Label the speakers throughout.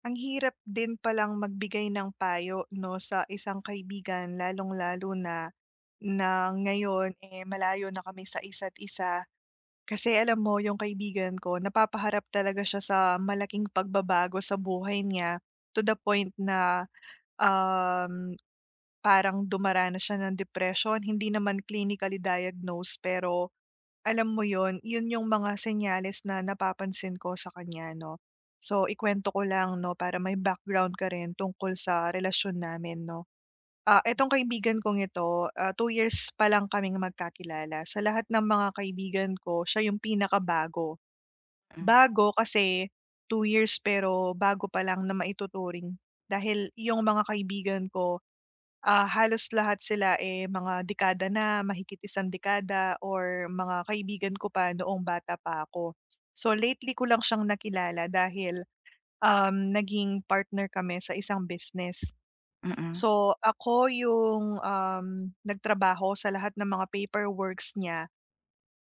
Speaker 1: Ang hirap din palang magbigay ng payo 'no, sa isang kaibigan lalong-lalo na na ngayon, eh, malayo na kami sa isa't isa. Kasi alam mo yung kaibigan ko napapaharap talaga siya sa malaking pagbabago sa buhay niya to the point na, um, parang dumaranas siya ng depression. Hindi naman clinically diagnosed pero alam mo yon, 'yun yung mga senyales na napapansin ko sa kanya 'no. So ikuwento ko lang 'no para may background ka rin tungkol sa relasyon namin 'no. Etong kaibigan kong ito, 2 years pa lang kaming magkakilala. Sa lahat ng mga kaibigan ko, siya yung pinakabago.
Speaker 2: Mm,
Speaker 1: Bago kasi two years pero bago pa lang na maituturing dahil yung mga kaibigan ko, halos lahat sila, eh, mga dekada na, mahigit isang dekada or mga kaibigan ko pa noong bata pa ako. So lately ko lang siyang nakilala dahil, naging partner kami sa isang business.
Speaker 2: mm,
Speaker 1: So ako yung, nagtrabaho sa lahat ng mga paperworks niya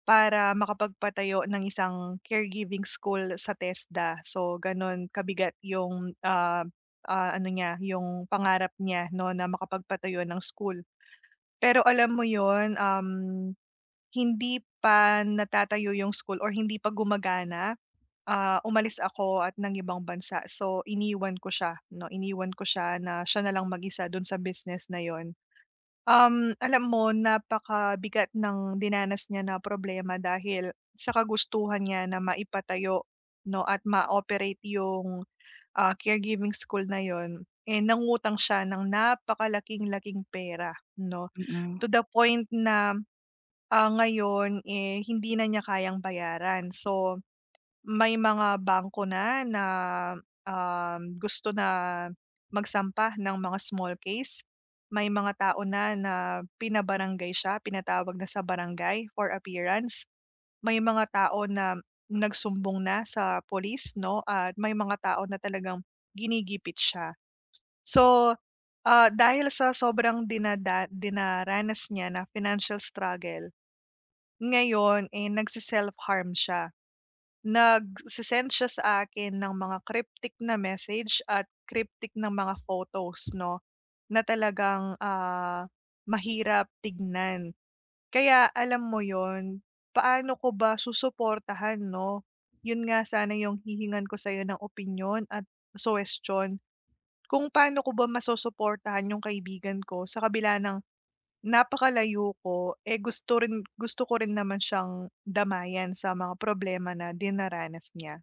Speaker 1: para makapagpatayo ng isang caregiving school sa TESDA. So gano'n kabigat yung, ano niya, yung pangarap niya 'no, na makapagpatayo ng school. Pero alam mo yon, hindi pa natatayo yung school or hindi pa gumagana, umalis ako at ng ibang bansa. So iniwan ko siya 'no, iniwan ko siya na lang mag-isa do'n sa business na 'yun. Alam mo napakabigat ng dinanas niya na problema dahil sa kagustuhan niya na maipatayo 'no at ma-operate yung, caregiving school na 'yun, eh, nangutang siya ng napakalaking-laking pera 'no,
Speaker 2: mm.
Speaker 1: to the point na, ngayon, eh, hindi na niya kayang bayaran. So, may mga bangko na na, um, gusto na magsampa ng mga small case. May mga tao na na pinabarangay siya, pinatawag na sa barangay for appearance. May mga tao na nagsumbong na sa police 'no, at may mga tao na talagang ginigipit siya. So, dahil sa sobrang dinaranas niya na financial struggle ngayon, eh, nagsiself harm siya. Nagse-send siya sa akin ng mga cryptic na message at cryptic ng mga photos 'no, na talagang, mahirap tignan. Kaya alam mo yon, paano ko ba susuportahan 'no? 'Yun nga sana yung hihingan ko sa'yo ng opinyon at suwestiyon kung paano ko ba masusuportahan yung kaibigan ko sa kabila ng napakalayo ko, eh, gusto rin gusto ko rin naman siyang damayan sa mga problema na dinaranas niya.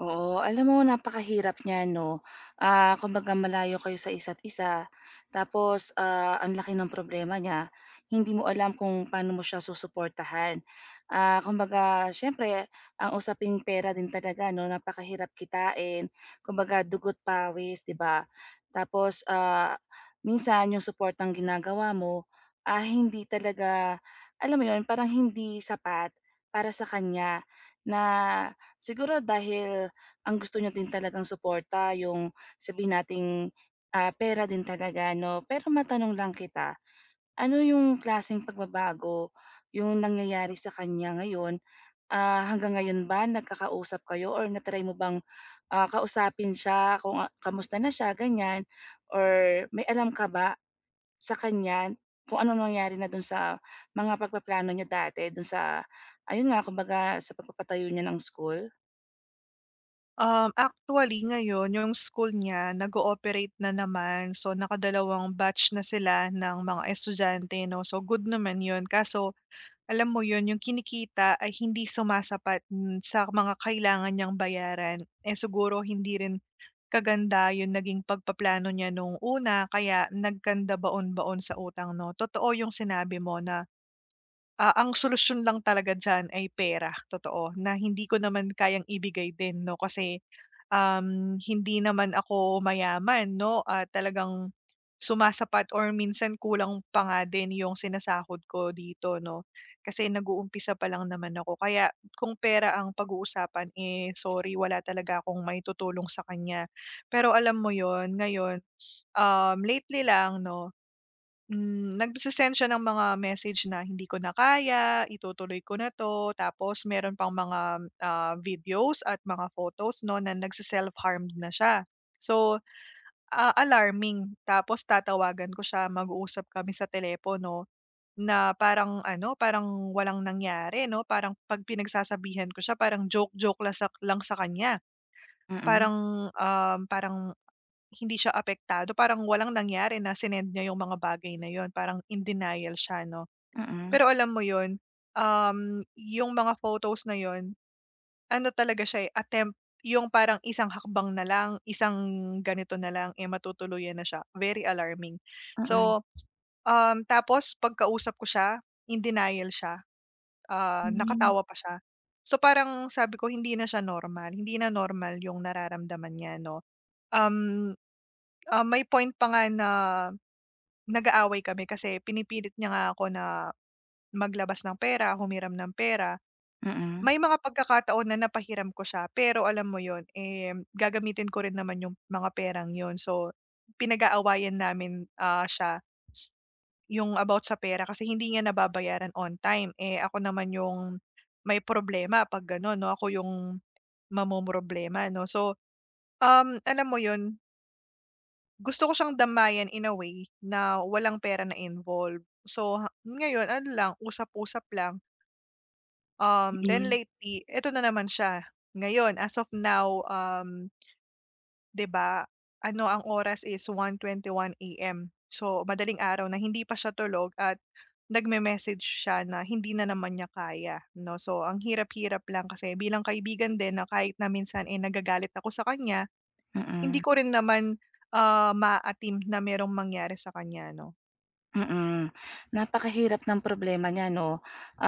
Speaker 2: Oo, alam mo napakahirap niyan 'no. Kumbaga malayo kayo sa isa't isa, tapos, ang laki ng problema niya. Hindi mo alam kung paano mo siya susuportahan. Kumbaga siyempre ang usaping pera din talaga 'no, napakahirap kitain. Kumbaga dugo't pawis, 'di ba? Tapos, minsan yung suportang ginagawa mo, hindi talaga alam mo yun, parang hindi sapat para sa kanya na siguro dahil ang gusto niyo din talagang suporta yung sabihin nating, pera din talaga 'no. Pero matanong lang kita, ano yung klaseng pagbabago yung nangyayari sa kanya ngayon? Hanggang ngayon ba nagkakausap kayo or na mo bang, kausapin siya kung, kamusta na siya ganyan or may alam ka ba sa kanya kung ano nangyari na dun sa mga pagpaplano niyo dati dun sa ayun nga kumbaga sa pagpapatayo niya ng school?
Speaker 1: Actually ngayon yung school niya nag-ooperate na naman, so nakadalawang batch na sila ng mga estudyante 'no, so good naman yun, kaso alam mo yun yung kinikita ay hindi sumasapat, hmm, sa mga kailangan niyang bayaran. Eh, siguro hindi rin kaganda yung naging pagpaplano niya nung una kaya nagkanda baon-baon sa utang 'no. Totoo yung sinabi mo na, ang solusyon lang talaga diyan ay pera, totoo, na hindi ko naman kayang ibigay din 'no kasi, hindi naman ako mayaman 'no at talagang sumasapat or minsan kulang pa nga din yung sinasahod ko dito 'no. Kasi nag-uumpisa pa lang naman ako kaya kung pera ang pag-uusapan, eh, sorry wala talaga akong maitutulong sa kanya. Pero alam mo yon, ngayon, lately lang 'no, hmm, nagse siya ng mga message na, "Hindi ko na kaya, itutuloy ko na 'to." Tapos meron pang mga, videos at mga photos 'no, na nagse-self-harmed na siya. So, alarming. Tapos tatawagan ko siya, mag-uusap kami sa telepono na parang ano, parang walang nangyari 'no, parang 'pag pinagsasabihan ko siya parang joke-joke lang sa kanya.
Speaker 2: Mm,
Speaker 1: Parang, parang hindi siya apektado, parang walang nangyari na sinend niya yung mga bagay na yon, parang in denial siya 'no.
Speaker 2: mm,
Speaker 1: Pero alam mo yon, yung mga photos na yon, ano talaga siya, eh, attempt yung parang isang hakbang na lang, isang ganito na lang, eh, matutuluyan na siya, very alarming.
Speaker 2: mm.
Speaker 1: So, tapos pagkausap ko siya, in denial siya,
Speaker 2: Hmm,
Speaker 1: nakatawa pa siya. So, parang sabi ko hindi na siya normal, hindi na normal yung nararamdaman niya 'no. Um May point pa nga na nag-aaway kami kasi pinipilit niya nga ako na maglabas ng pera, humiram ng pera.
Speaker 2: mm,
Speaker 1: May mga pagkakataon na napahiram ko siya pero alam mo yon, eh, gagamitin ko rin naman yung mga perang yon. So, pinag-aawayan namin, siya yung about sa pera kasi hindi niya nababayaran on time. Eh, ako naman yung may problema 'pag gano'n 'no, ako yung mamomroblema 'no. So, alam mo 'yun, gusto ko siyang damayan in a way na walang pera na involved. So, ha ngayon ano lang, usap-usap lang. Then
Speaker 2: mm,
Speaker 1: lately, eto na naman siya. Ngayon, as of now, 'di ba, ano ang oras is 1:21 a.m. So, madaling araw na hindi pa siya tulog at nagme-message siya na hindi na naman niya kaya 'no. So, ang hirap-hirap lang kasi bilang kaibigan din na kahit na minsan, eh, nagagalit ako sa kanya, hindi
Speaker 2: mm,
Speaker 1: ko rin naman, ah, ma na merong mangyari sa kanya 'no.
Speaker 2: mm. Napakahirap ng problema niya 'no.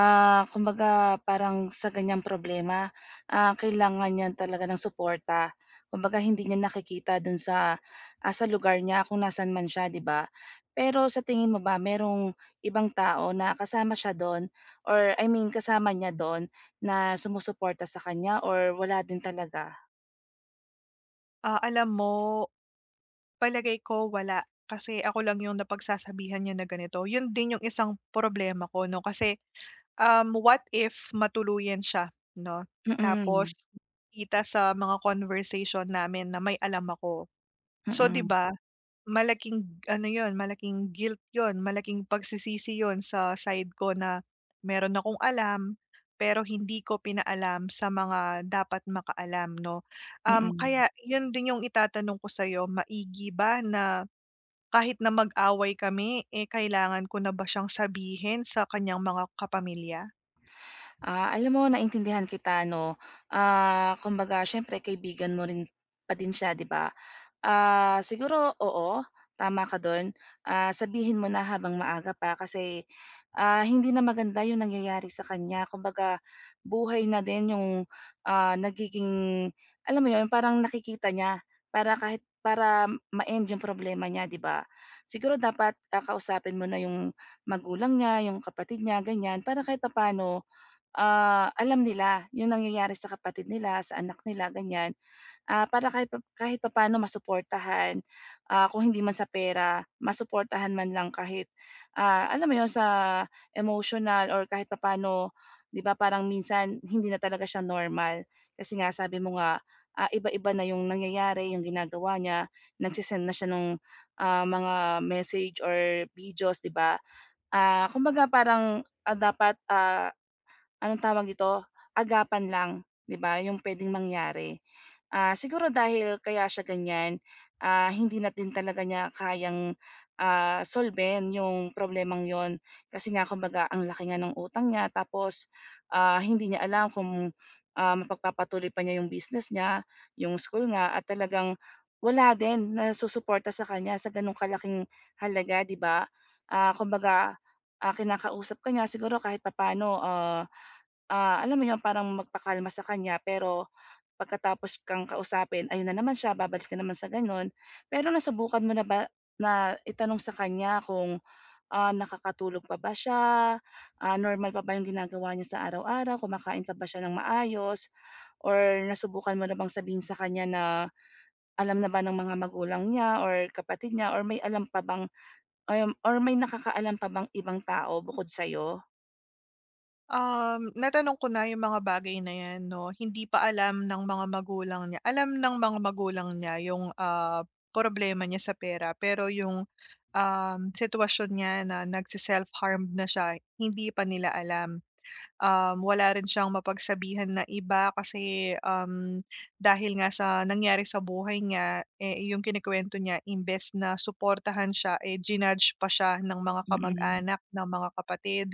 Speaker 2: Kumbaga parang sa ganiyang problema, kailangan niya talaga ng suporta. Kumbaga hindi niya nakikita dun sa, sa lugar niya kung nasaan man siya, 'di ba? Pero sa tingin mo ba merong ibang tao na kasama siya dun or I mean kasama niya dun na sumusuporta sa kanya or wala din talaga?
Speaker 1: Alam mo, palagay ko wala, kasi ako lang yung napagsasabihan niya na ganito. Yun din yung isang problema ko 'no, kasi, what if matuluyan siya 'no, tapos
Speaker 2: Mm,
Speaker 1: kita sa mga conversation namin na may alam ako. So 'di
Speaker 2: mm,
Speaker 1: ba, malaking ano 'yun, malaking guilt 'yun, malaking pagsisisi 'yun sa side ko na meron akong alam, pero hindi ko pinaalam sa mga dapat makaalam 'no.
Speaker 2: mm.
Speaker 1: Kaya 'yun din yung itatanong ko sa'yo, maigi ba na kahit na mag-away kami, eh, kailangan ko na ba siyang sabihin sa kanyang mga kapamilya?
Speaker 2: Alam mo naintindihan kita 'no. Kumbaga siyempre kaibigan mo rin pa din siya 'di ba? Siguro oo, tama ka dun. Sabihin mo na habang maaga pa kasi, hindi na maganda yung nangyayari sa kanya. Kumbaga buhay na din yung, nagiging alam mo yun parang nakikita niya para kahit para ma-end yung problema niya 'di ba? Siguro dapat, kausapin mo na yung magulang niya, yung kapatid niya, ganyan para kahit papaano alam nila yung nangyayari sa kapatid nila, sa anak nila, ganyan. Para kahit paano masuportahan, kung hindi man sa pera, masuportahan man lang kahit, alam mo yun, sa emotional or kahit paano 'di ba, parang minsan hindi na talaga siya normal. Kasi nga sabi mo nga, iba-iba na yung nangyayari, yung ginagawa niya, nagse-send na siya nung, mga message or videos, 'di ba? Kumbaga parang, dapat, Anong tawag dito, agapan lang, 'di ba, yung puwedeng mangyari. Siguro dahil kaya siya ganiyan, hindi natin talaga niya kayang, solben yung problemang yon. Kasi nga kumbaga ang laki nga ng utang niya tapos, hindi niya alam kung, mapagpapatuloy pa niya yung business niya, yung school nga at talagang wala din na susuporta sa kanya sa gano'ng kalaking halaga, 'di ba? Kumbaga, kinakausap ka niya siguro kahit papaano, alam mo yun parang magpakalma sa kanya pero pagkatapos kang kausapin ayun na naman siya, babalik na naman sa gano'n. Pero nasubukan mo na ba na itanong sa kanya kung, nakakatulog pa ba siya, normal pa ba yung ginagawa niya sa araw-araw, kumakain pa ba siya ng maayos or nasubukan mo na bang sabihin sa kanya na alam na ba ng mga magulang niya or kapatid niya or may alam pa bang ayun or may nakakaalam pa bang ibang tao bukod sa'yo?
Speaker 1: Natanong ko na yung mga bagay na 'yan 'no, hindi pa alam ng mga magulang niya. Alam ng mga magulang niya yung, problema niya sa pera pero yung, sitwasyon niya na nagsiself harm na siya, hindi pa nila alam. Wala rin siyang mapagsabihan na iba kasi, dahil nga sa nangyari sa buhay niya, eh, yung kinukuwento niya imbes na suportahan siya, eh, jinudge pa siya ng mga
Speaker 2: Mm,
Speaker 1: kamag-anak, ng mga kapatid.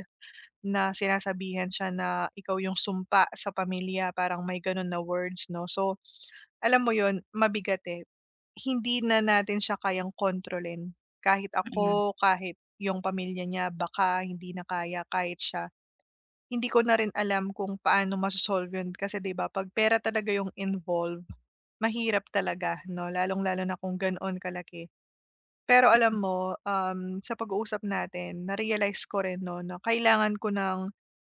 Speaker 1: Na sinasabihan siya na ikaw yung sumpa sa pamilya, parang may gano'n na words 'no. So, alam mo 'yun, mabigat, eh. Hindi na natin siya kayang kontrolin. Kahit
Speaker 2: mm,
Speaker 1: ako, kahit yung pamilya niya baka hindi na kaya, kahit siya. Hindi ko na rin alam kung paano maso-solve 'yun kasi 'di ba 'pag pera talaga yung involve, mahirap talaga 'no, lalong-lalo na kung ganoon kalaki. Pero alam mo, sa pag-uusap natin na-realize ko rin 'no na kailangan ko ng,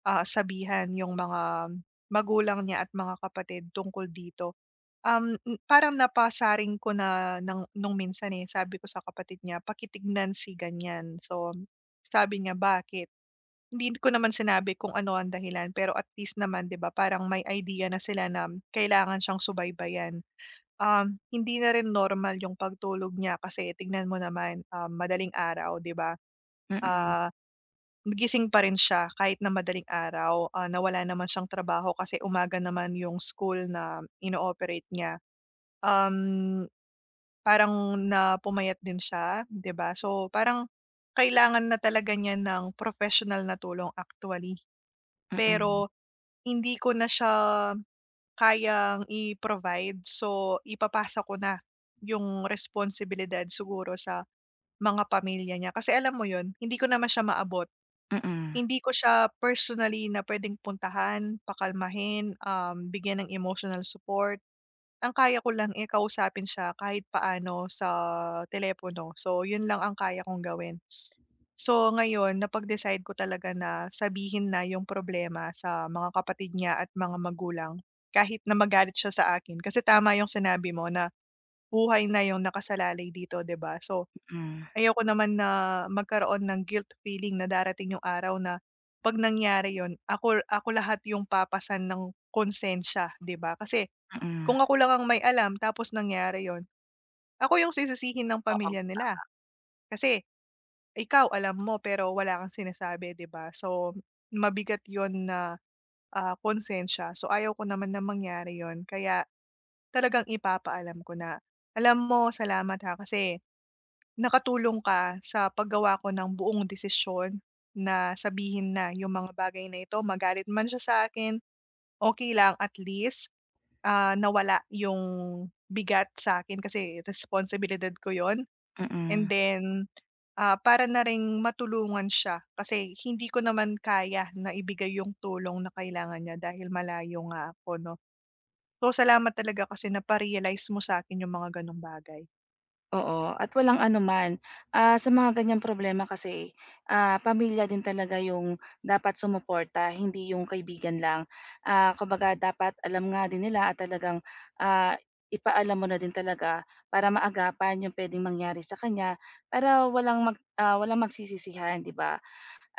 Speaker 1: sabihan yung mga magulang niya at mga kapatid tungkol dito. Um, m Parang napasaring ko na ng nung minsan, eh, sabi ko sa kapatid niya, "Pakitignan si ganyan." So, sabi niya, "Bakit?" Hindi ko naman sinabi kung ano ang dahilan pero at least naman 'di ba parang may idea na sila na kailangan siyang subaybayan. Hindi na rin normal yung pagtulog niya kasi tignan mo naman, madaling araw, 'di ba?
Speaker 2: mm,
Speaker 1: Ah, Gising pa rin siya kahit na madaling araw, na wala naman siyang trabaho kasi umaga naman yung school na ino-operate niya. Um, Parang na pumayat din siya, 'di ba? So, parang kailangan na talaga niya ng professional na tulong actually.
Speaker 2: mm,
Speaker 1: Pero hindi ko na siya kayang i-provide. So, ipapasa ko na yung responsibilidad siguro sa mga pamilya niya. Kasi alam mo yun, hindi ko naman siya maabot.
Speaker 2: mm.
Speaker 1: Hindi ko siya personally na pwedeng puntahan, pakalmahin, bigyan ng emotional support. Ang kaya ko lang eh, kausapin siya kahit paano sa telepono. So, yun lang ang kaya kong gawin. So ngayon napag-decide ko talaga na sabihin na yung problema sa mga kapatid niya at mga magulang, kahit na magalit siya sa akin. Kasi tama yung sinabi mo na buhay na yung nakasalalay dito, 'di ba? So,
Speaker 2: Hmm,
Speaker 1: ayoko naman na magkaroon ng guilt feeling na darating yung araw na 'pag nangyari yun, ako ako lahat yung papasan ng konsensya, 'di ba? Kasi
Speaker 2: mm.
Speaker 1: kung ako lang ang may alam tapos nangyari yon, ako yung sisisihin ng
Speaker 2: Oo.
Speaker 1: pamilya nila. Kasi ikaw alam mo pero wala kang sinasabi, 'di ba? So, mabigat yon na, konsensya. So, ayaw ko naman na mangyari yon kaya talagang ipapaalam ko na, "Alam mo salamat ha kasi nakatulong ka sa paggawa ko ng buong desisyon na sabihin na yung mga bagay na ito, magalit man siya sa akin, okay lang at least, nawala yung bigat sa akin kasi responsibilidad ko yon." And
Speaker 2: Mm,
Speaker 1: then, para na ring matulungan siya kasi hindi ko naman kaya na ibigay yung tulong na kailangan niya dahil malayo nga ako 'no. So, salamat talaga kasi napa-realize mo sa akin yung mga gano'ng bagay.
Speaker 2: oo at walang anuman. Sa mga ganyang problema kasi, pamilya din talaga yung dapat sumuporta, hindi yung kaibigan lang. Kumbaga dapat alam nga din nila at talagang, ah, ipaalam mo na din talaga para maagapan yung puwedeng mangyari sa kanya para walang walang magsisisihan, 'di ba?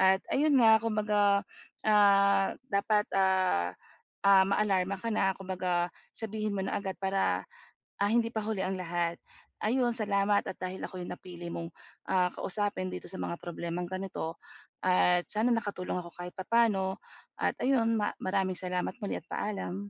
Speaker 2: At ayun nga, kumbaga, dapat, maalarma ka na kumbaga sabihin mo na agad para. Hindi pa huli ang lahat. Ayun, salamat at dahil ako yung napili mong, kausapin dito sa mga problemang ganito at sana nakatulong ako kahit papaano at ayun maraming salamat muli at paalam.